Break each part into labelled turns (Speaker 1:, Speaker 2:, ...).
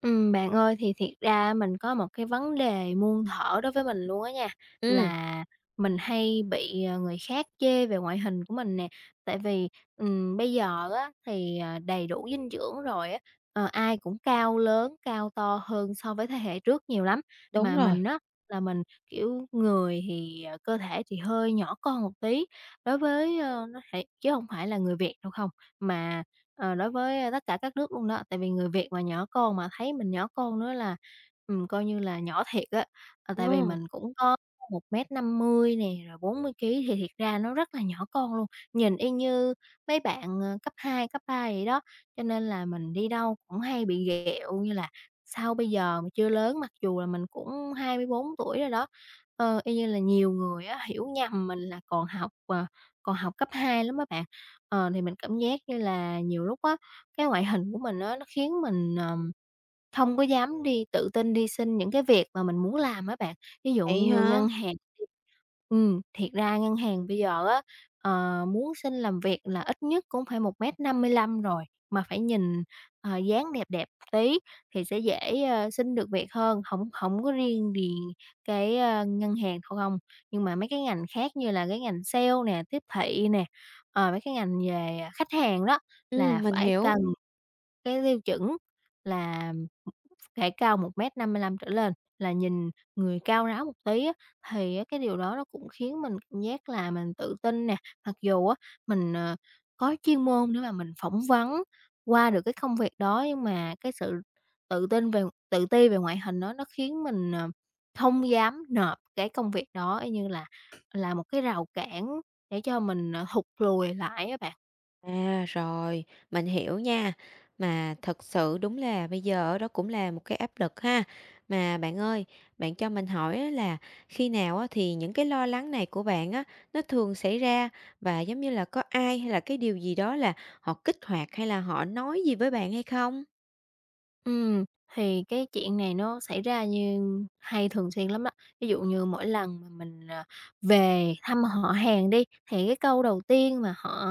Speaker 1: Bạn ơi, thì thiệt ra mình có một cái vấn đề muôn thuở đối với mình luôn á nha,
Speaker 2: Ừm,
Speaker 1: là mình hay bị người khác chê về ngoại hình của mình nè. Tại vì bây giờ á thì đầy đủ dinh dưỡng rồi á ai cũng cao lớn, cao to hơn so với thế hệ trước nhiều lắm.
Speaker 2: đúng
Speaker 1: Mà
Speaker 2: rồi.
Speaker 1: mình á là mình, kiểu, người thì cơ thể thì hơi nhỏ con một tí đối với nó thể chứ không phải là người Việt đâu không, mà đối với tất cả các nước luôn đó, tại vì người Việt mà nhỏ con mà thấy mình nhỏ con nữa là coi như là nhỏ thiệt á. Tại vì
Speaker 2: Ờ,
Speaker 1: mình cũng có 1m50 nè, rồi 40 ký thì thiệt ra nó rất là nhỏ con luôn, nhìn y như mấy bạn cấp 2, cấp 3 vậy đó. Cho nên là mình đi đâu cũng hay bị ghẹo như là "Sao bây giờ mà chưa lớn?" Mặc dù là mình cũng 24 tuổi rồi đó. Y như là nhiều người á hiểu nhầm mình là còn học cấp 2 lắm các bạn. Thì mình cảm giác như là nhiều lúc á, cái ngoại hình của mình á, nó khiến mình không có dám đi tự tin đi xin những cái việc mà mình muốn làm á bạn, ví dụ
Speaker 2: vậy
Speaker 1: như
Speaker 2: hả?
Speaker 1: ngân hàng đi. Thiệt ra ngân hàng bây giờ á muốn xin làm việc là ít nhất cũng phải 1m55 rồi, mà phải nhìn dáng đẹp đẹp tí thì sẽ dễ xin được việc hơn, hổng hổng có riêng gì cái ngân hàng thôi không. Nhưng mà mấy cái ngành khác như là cái ngành sale nè, tiếp thị nè mấy cái ngành về khách hàng đó là
Speaker 2: Mình
Speaker 1: phải
Speaker 2: hiểu.
Speaker 1: cần cái tiêu chuẩn là thể cao 1m55 trở lên, là nhìn người cao ráo một tí á, thì á cái điều đó nó cũng khiến mình cảm giác là mình tự tin nè. Mặc dù á mình có chuyên môn để mà mình phỏng vấn qua được cái công việc đó, nhưng mà cái sự tự tin về tự ti về ngoại hình đó nó khiến mình không dám nộp cái công việc đó, y như là một cái rào cản để cho mình thụt lùi lại á bạn.
Speaker 2: À, rồi, mình hiểu nha. Mà thật sự đúng là bây giờ đó cũng là một cái áp lực ha. Mà bạn ơi, bạn cho mình hỏi á là khi nào á thì những cái lo lắng này của bạn á, nó thường xảy ra và giống như là có ai hay là cái điều gì đó là họ kích hoạt hay là họ nói gì với bạn hay không?
Speaker 1: Ừ thì cái chuyện này nó xảy ra hay thường xuyên lắm đó. Ví dụ như mỗi lần mà mình về thăm họ hàng đi, thì cái câu đầu tiên mà họ,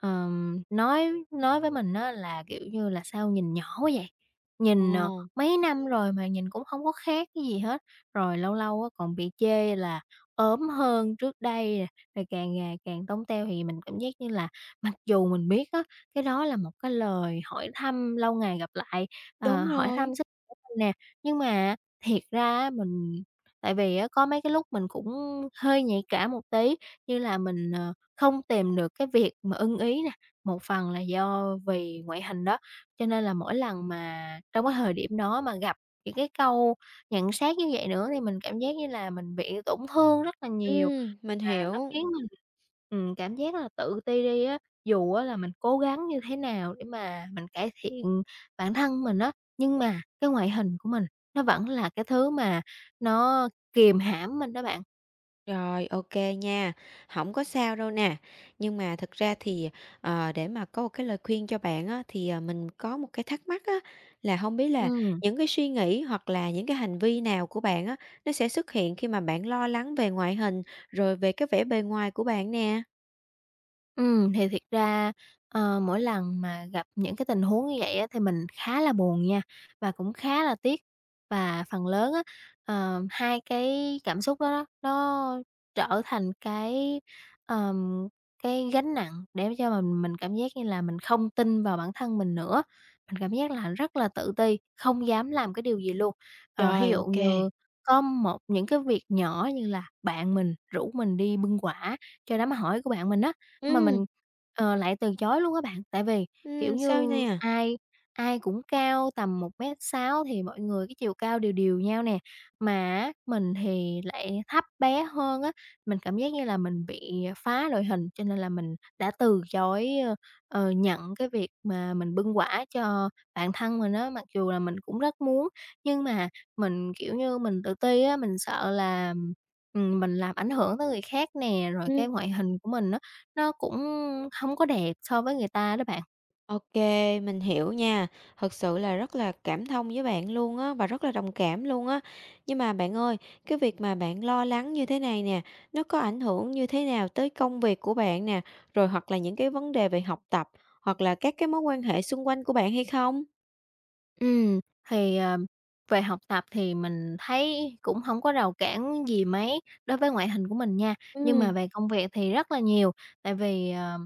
Speaker 1: ờm, nói với mình đó là, kiểu như là, "Sao nhìn nhỏ quá vậy? Nhìn
Speaker 2: Ồ,
Speaker 1: mấy năm rồi mà nhìn cũng không có khác cái gì hết." Rồi lâu lâu á còn bị chê là ốm hơn trước đây nè, rồi càng ngày càng tông teo, thì mình cảm giác như là mặc dù mình biết á, cái đó là một cái lời hỏi thăm lâu ngày gặp lại
Speaker 2: đúng
Speaker 1: hỏi
Speaker 2: rồi.
Speaker 1: thăm sức khỏe mình nè. Nhưng mà á, thiệt ra á mình tại vì á có mấy cái lúc mình cũng hơi nhạy cảm một tí, như là mình không tìm được cái việc mà ưng ý nè, một phần là do vì ngoại hình đó, cho nên là mỗi lần mà trong cái thời điểm đó mà gặp những cái câu nhận xét như vậy nữa thì mình cảm giác như là mình bị tổn thương rất là nhiều,
Speaker 2: Mình
Speaker 1: là nó
Speaker 2: hiểu.
Speaker 1: khiến mình cảm giác là tự ti đi á. Dù á là mình cố gắng như thế nào để mà mình cải thiện bản thân mình á, nhưng mà cái ngoại hình của mình nó vẫn là cái thứ mà nó kìm hãm mình đó bạn.
Speaker 2: Rồi, ok nha, không có sao đâu nè. Nhưng mà thực ra thì, để mà có một cái lời khuyên cho bạn á, thì, mình có một cái thắc mắc á, là không biết là
Speaker 1: Ừm.
Speaker 2: những cái suy nghĩ hoặc là những cái hành vi nào của bạn á, nó sẽ xuất hiện khi mà bạn lo lắng về ngoại hình, rồi về cái vẻ bề ngoài của bạn nè?
Speaker 1: Ừ thì thiệt ra mỗi lần mà gặp những cái tình huống như vậy á, thì mình khá là buồn nha, và cũng khá là tiếc. Và phần lớn á hai cái cảm xúc đó đó, nó trở thành ờm, cái gánh nặng để cho mình cảm giác như là mình không tin vào bản thân mình nữa. Mình cảm giác là rất là tự ti, không dám làm cái điều gì luôn. Thí
Speaker 2: Rồi,
Speaker 1: dụ
Speaker 2: ok.
Speaker 1: như có những cái việc nhỏ như là bạn mình rủ mình đi bưng quả cho đám hỏi của bạn mình á, mà
Speaker 2: Ừ,
Speaker 1: mình lại từ chối luôn á bạn. Tại vì, kiểu
Speaker 2: Ừm, sao
Speaker 1: như,
Speaker 2: nè?
Speaker 1: ai ai cũng cao tầm 1m60 thì mọi người cái chiều cao đều đều nhau nè, mà á mình thì lại thấp bé hơn á, mình cảm giác như là mình bị phá đội hình, cho nên là mình đã từ chối nhận cái việc mà mình bưng quả cho bạn thân mình á. Mặc dù là mình cũng rất muốn, nhưng mà mình, kiểu như, mình tự ti á, mình sợ là mình làm ảnh hưởng tới người khác nè, rồi cái
Speaker 2: Ừm.
Speaker 1: ngoại hình của mình á nó cũng hông có đẹp so với người ta đó bạn.
Speaker 2: OK, mình hiểu nha. Thật sự là rất là cảm thông với bạn luôn á và rất là đồng cảm luôn á. Nhưng mà bạn ơi, cái việc mà bạn lo lắng như thế này nè, nó có ảnh hưởng như thế nào tới công việc của bạn nè, rồi hoặc là những cái vấn đề về học tập, hoặc là các cái mối quan hệ xung quanh của bạn hay không?
Speaker 1: Ừ thì về học tập thì mình thấy cũng không có rào cản gì mấy đối với ngoại hình của mình nha,
Speaker 2: Ừ,
Speaker 1: nhưng mà
Speaker 2: ừ,
Speaker 1: về công việc thì rất là nhiều. Tại vì, ờ,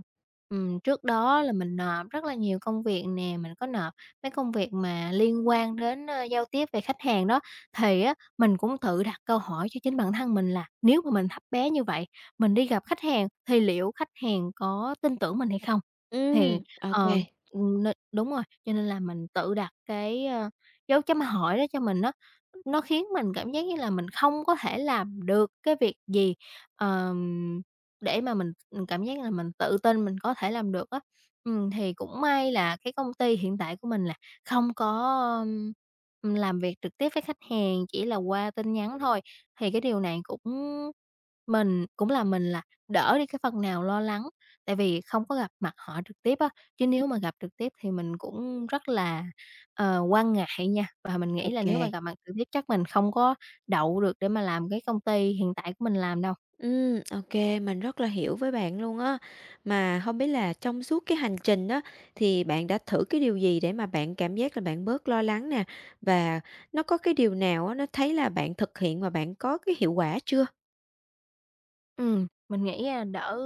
Speaker 1: ừm, trước đó là mình nộp rất là nhiều công việc nè, mình có nộp mấy công việc mà liên quan đến giao tiếp về khách hàng đó. Thì á, mình cũng tự đặt câu hỏi cho chính bản thân mình là nếu mà mình thấp bé như vậy, mình đi gặp khách hàng thì liệu khách hàng có tin tưởng mình hay không? Thì, ờ,
Speaker 2: OK.
Speaker 1: n đúng rồi. Cho nên là mình tự đặt cái dấu chấm hỏi đó cho mình á, nó khiến mình cảm giác như là mình không có thể làm được cái việc gì, ờm, để mà mình cảm giác là mình tự tin mình có thể làm được á. Thì cũng may là cái công ty hiện tại của mình là không có làm việc trực tiếp với khách hàng, chỉ là qua tin nhắn thôi, thì cái điều này cũng mình là đỡ đi cái phần nào lo lắng, tại vì không có gặp mặt họ trực tiếp á. Chứ
Speaker 2: Ừm.
Speaker 1: nếu mà gặp trực tiếp thì mình cũng rất là quan ngại nha, và mình nghĩ là nếu mà
Speaker 2: OK.
Speaker 1: gặp mặt trực tiếp chắc mình không có đậu được để mà làm cái công ty hiện tại của mình làm đâu.
Speaker 2: Ok mình rất là hiểu với bạn luôn á. Mà không biết là trong suốt cái hành trình đó, thì bạn đã thử cái điều gì để mà bạn cảm giác là bạn bớt lo lắng nè? Và nó có cái điều nào á, nó thấy là bạn thực hiện và bạn có cái hiệu quả chưa?
Speaker 1: Mình nghĩ, a, đỡ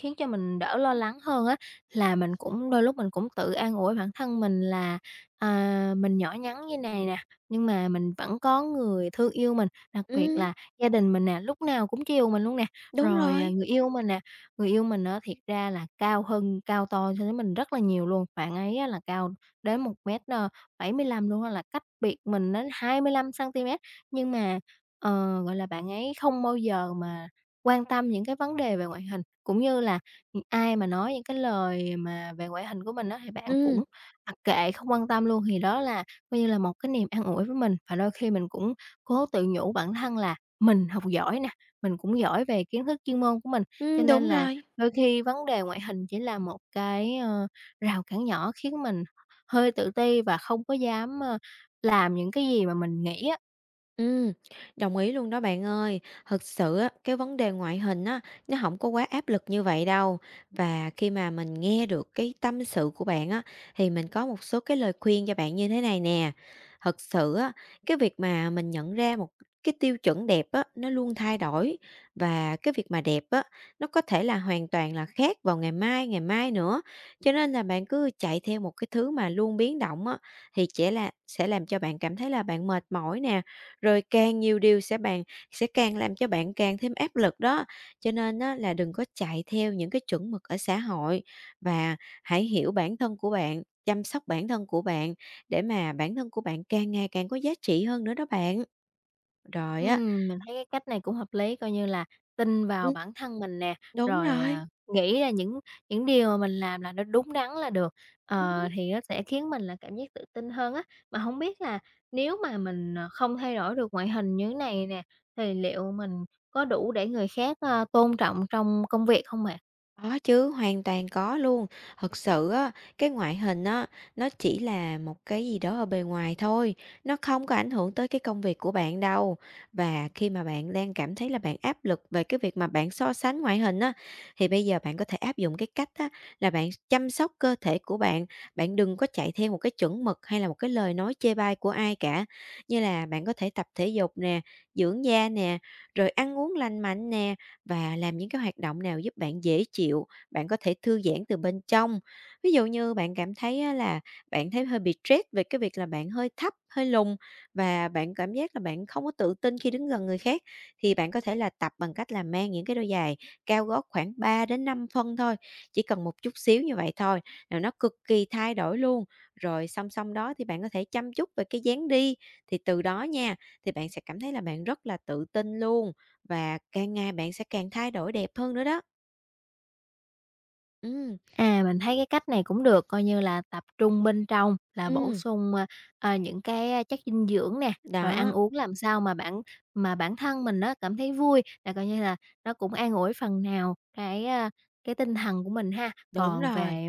Speaker 1: khiến cho mình đỡ lo lắng hơn á, là mình cũng đôi lúc mình cũng tự an ủi bản thân mình là mình nhỏ nhắn như này nè, nhưng mà mình vẫn có người thương yêu mình, đặc biệt
Speaker 2: Ừm,
Speaker 1: là gia đình mình nè, lúc nào cũng chiều mình luôn nè.
Speaker 2: đúng
Speaker 1: Rồi
Speaker 2: rồi.
Speaker 1: người yêu mình nè, người yêu mình á, thiệt ra là cao hơn cao to so với mình rất là nhiều luôn, bạn ấy á là cao đến một mét 75 luôn á, là cách biệt mình đến 25 xăng-ti-mét, nhưng mà gọi là, bạn ấy không bao giờ mà quan tâm những cái vấn đề về ngoại hình, cũng như là ai mà nói những cái lời mà về ngoại hình của mình đó thì bạn
Speaker 2: Ừm,
Speaker 1: cũng mặc kệ, không quan tâm luôn, thì đó là coi như là một cái niềm an ủi với mình. Và đôi khi mình cũng cố tự nhủ bản thân là mình học giỏi nè, mình cũng giỏi về kiến thức chuyên môn của mình, cho nên
Speaker 2: đúng
Speaker 1: là
Speaker 2: rồi.
Speaker 1: đôi khi vấn đề ngoại hình chỉ là một cái rào cản nhỏ khiến mình hơi tự ti và không có dám làm những cái gì mà mình nghĩ á.
Speaker 2: Ừm, đồng ý luôn đó bạn ơi. Thực sự á, cái vấn đề ngoại hình á, nó không có quá áp lực như vậy đâu. Và khi mà mình nghe được cái tâm sự của bạn á, thì mình có một số cái lời khuyên cho bạn như thế này nè. Thật sự á, cái việc mà mình nhận ra một cái tiêu chuẩn đẹp á, nó luôn thay đổi và cái việc mà đẹp á, nó có thể là hoàn toàn là khác vào ngày mai nữa. Cho nên là bạn cứ chạy theo một cái thứ mà luôn biến động á, thì sẽ là sẽ làm cho bạn cảm thấy là bạn mệt mỏi nè, rồi càng nhiều điều sẽ bạn sẽ càng làm cho bạn càng thêm áp lực đó. Cho nên á là đừng có chạy theo những cái chuẩn mực ở xã hội và hãy hiểu bản thân của bạn, chăm sóc bản thân của bạn để mà bản thân của bạn càng ngày càng có giá trị hơn nữa đó bạn. Rồi á
Speaker 1: Mình thấy cái cách này cũng hợp lý, coi như là tin vào
Speaker 2: ừm.
Speaker 1: bản thân mình nè,
Speaker 2: Đúng
Speaker 1: rồi
Speaker 2: rồi.
Speaker 1: nghĩ ra những điều mà mình làm là nó đúng đắn là được thì nó sẽ khiến mình là cảm giác tự tin hơn á. Mà không biết là nếu mà mình không thay đổi được ngoại hình như thế này nè, thì liệu mình có đủ để người khác tôn trọng trong công việc không bạn?
Speaker 2: Có chứ, hoàn toàn có luôn. Thật sự á, cái ngoại hình á, nó chỉ là một cái gì đó ở bề ngoài thôi. Nó không có ảnh hưởng tới cái công việc của bạn đâu. Và khi mà bạn đang cảm thấy là bạn áp lực về cái việc mà bạn so sánh ngoại hình á, thì bây giờ bạn có thể áp dụng cái cách á, là bạn chăm sóc cơ thể của bạn. Bạn đừng có chạy theo một cái chuẩn mực hay là một cái lời nói chê bai của ai cả. Như là bạn có thể tập thể dục nè, dưỡng da nè, rồi ăn uống lành mạnh nè và làm những cái hoạt động nào giúp bạn dễ chịu, bạn có thể thư giãn từ bên trong. Ví dụ như bạn cảm thấy á là bạn thấy hơi bị stress về cái việc là bạn hơi thấp, hơi lùn và bạn cảm giác là bạn không có tự tin khi đứng gần người khác thì bạn có thể là tập bằng cách là mang những cái đôi giày cao gót khoảng 3 đến 5 phân thôi, chỉ cần một chút xíu như vậy thôi là nó cực kỳ thay đổi luôn. Rồi song song đó thì bạn có thể chăm chút về cái dáng đi thì từ đó nha thì bạn sẽ cảm thấy là bạn rất là tự tin luôn và càng ngày bạn sẽ càng thay đổi đẹp hơn nữa đó. Ừm,
Speaker 1: Mình thấy cái cách này cũng được, coi như là tập trung bên trong là bổ
Speaker 2: ừm,
Speaker 1: sung những cái chất dinh dưỡng nè, rồi ăn
Speaker 2: đó,
Speaker 1: uống làm sao mà bản thân mình nó cảm thấy vui, là coi như là nó cũng an ủi phần nào cái tinh thần của mình ha.
Speaker 2: đúng
Speaker 1: Còn
Speaker 2: rồi,
Speaker 1: về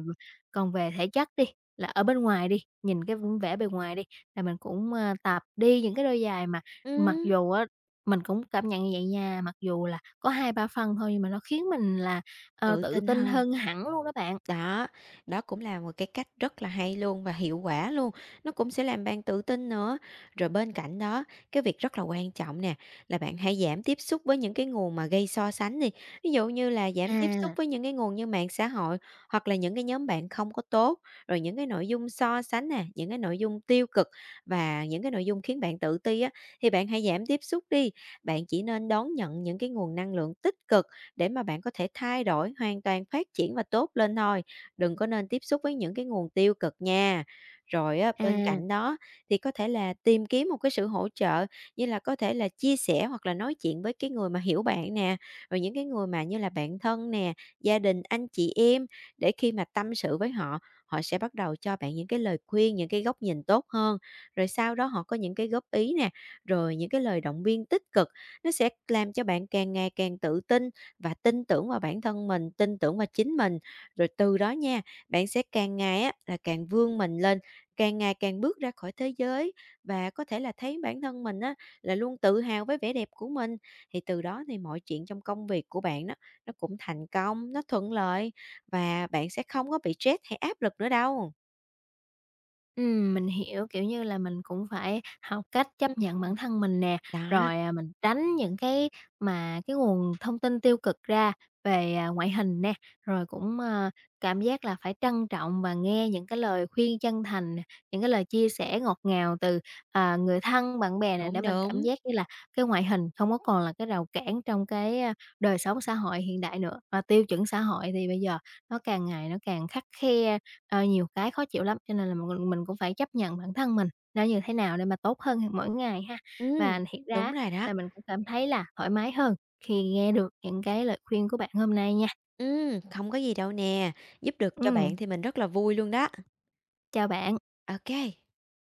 Speaker 1: còn về thể chất đi, là ở bên ngoài đi, nhìn cái vẻ bề ngoài đi, là mình cũng tập đi những cái đôi giày mà mặc
Speaker 2: ừm,
Speaker 1: dù á mình cũng cảm nhận như vậy nha, mặc dù là có 2-3 phân thôi nhưng mà nó khiến mình là
Speaker 2: tự
Speaker 1: tự
Speaker 2: tin
Speaker 1: tin
Speaker 2: hơn.
Speaker 1: hơn hẳn luôn đó bạn.
Speaker 2: Đó, đó cũng là một cái cách rất là hay luôn và hiệu quả luôn, nó cũng sẽ làm bạn tự tin nữa. Rồi bên cạnh đó, cái việc rất là quan trọng nè, là bạn hãy giảm tiếp xúc với những cái nguồn mà gây so sánh đi. Ví dụ như là giảm tiếp xúc
Speaker 1: À,
Speaker 2: với những cái nguồn như mạng xã hội, hoặc là những cái nhóm bạn không có tốt, rồi những cái nội dung so sánh nè, những cái nội dung tiêu cực và những cái nội dung khiến bạn tự ti á, thì bạn hãy giảm tiếp xúc đi. Bạn chỉ nên đón nhận những cái nguồn năng lượng tích cực để mà bạn có thể thay đổi, hoàn toàn phát triển và tốt lên thôi, đừng có nên tiếp xúc với những cái nguồn tiêu cực nha. Rồi á, bên
Speaker 1: à,
Speaker 2: cạnh đó thì có thể là tìm kiếm một cái sự hỗ trợ, như là có thể là chia sẻ hoặc là nói chuyện với cái người mà hiểu bạn nè, rồi những cái người mà như là bạn thân nè, gia đình, anh chị em, để khi mà tâm sự với họ, họ sẽ bắt đầu cho bạn những cái lời khuyên, những cái góc nhìn tốt hơn. Rồi sau đó họ có những cái góp ý nè, rồi những cái lời động viên tích cực, nó sẽ làm cho bạn càng ngày càng tự tin và tin tưởng vào bản thân mình, tin tưởng vào chính mình. Rồi từ đó nha, bạn sẽ càng ngày á là càng vươn mình lên, càng ngày càng bước ra khỏi thế giới và có thể là thấy bản thân mình á là luôn tự hào với vẻ đẹp của mình. Thì từ đó thì mọi chuyện trong công việc của bạn đó nó cũng thành công, nó thuận lợi và bạn sẽ không có bị stress hay áp lực nữa đâu.
Speaker 1: mình hiểu, kiểu như là, mình cũng phải học cách
Speaker 2: Ừm,
Speaker 1: chấp nhận bản thân mình nè,
Speaker 2: đó,
Speaker 1: rồi mình tránh những cái nguồn thông tin tiêu cực ra về ngoại hình nè, rồi cũng cảm giác là phải trân trọng và nghe những cái lời khuyên chân thành nè, những cái lời chia sẻ ngọt ngào từ người thân, bạn bè nè, để
Speaker 2: đúng,
Speaker 1: mình cảm
Speaker 2: đúng.
Speaker 1: giác như là cái ngoại hình không có còn là cái rào cản trong cái đời sống xã hội hiện đại nữa. Và tiêu chuẩn xã hội thì bây giờ nó càng ngày nó càng khắt khe. Nhiều cái khó chịu lắm, cho nên là mình cũng phải chấp nhận bản thân mình nó như thế nào để mà tốt hơn mỗi ngày ha. Và
Speaker 2: Ừm,
Speaker 1: thiệt ra
Speaker 2: đúng
Speaker 1: á
Speaker 2: rồi đó.
Speaker 1: là mình cũng cảm thấy là thoải mái hơn khi nghe được những cái lời khuyên của bạn hôm nay nha.
Speaker 2: Không có gì đâu nè, giúp được cho
Speaker 1: Ừ,
Speaker 2: bạn thì mình rất là vui luôn đó.
Speaker 1: chào bạn.
Speaker 2: Ok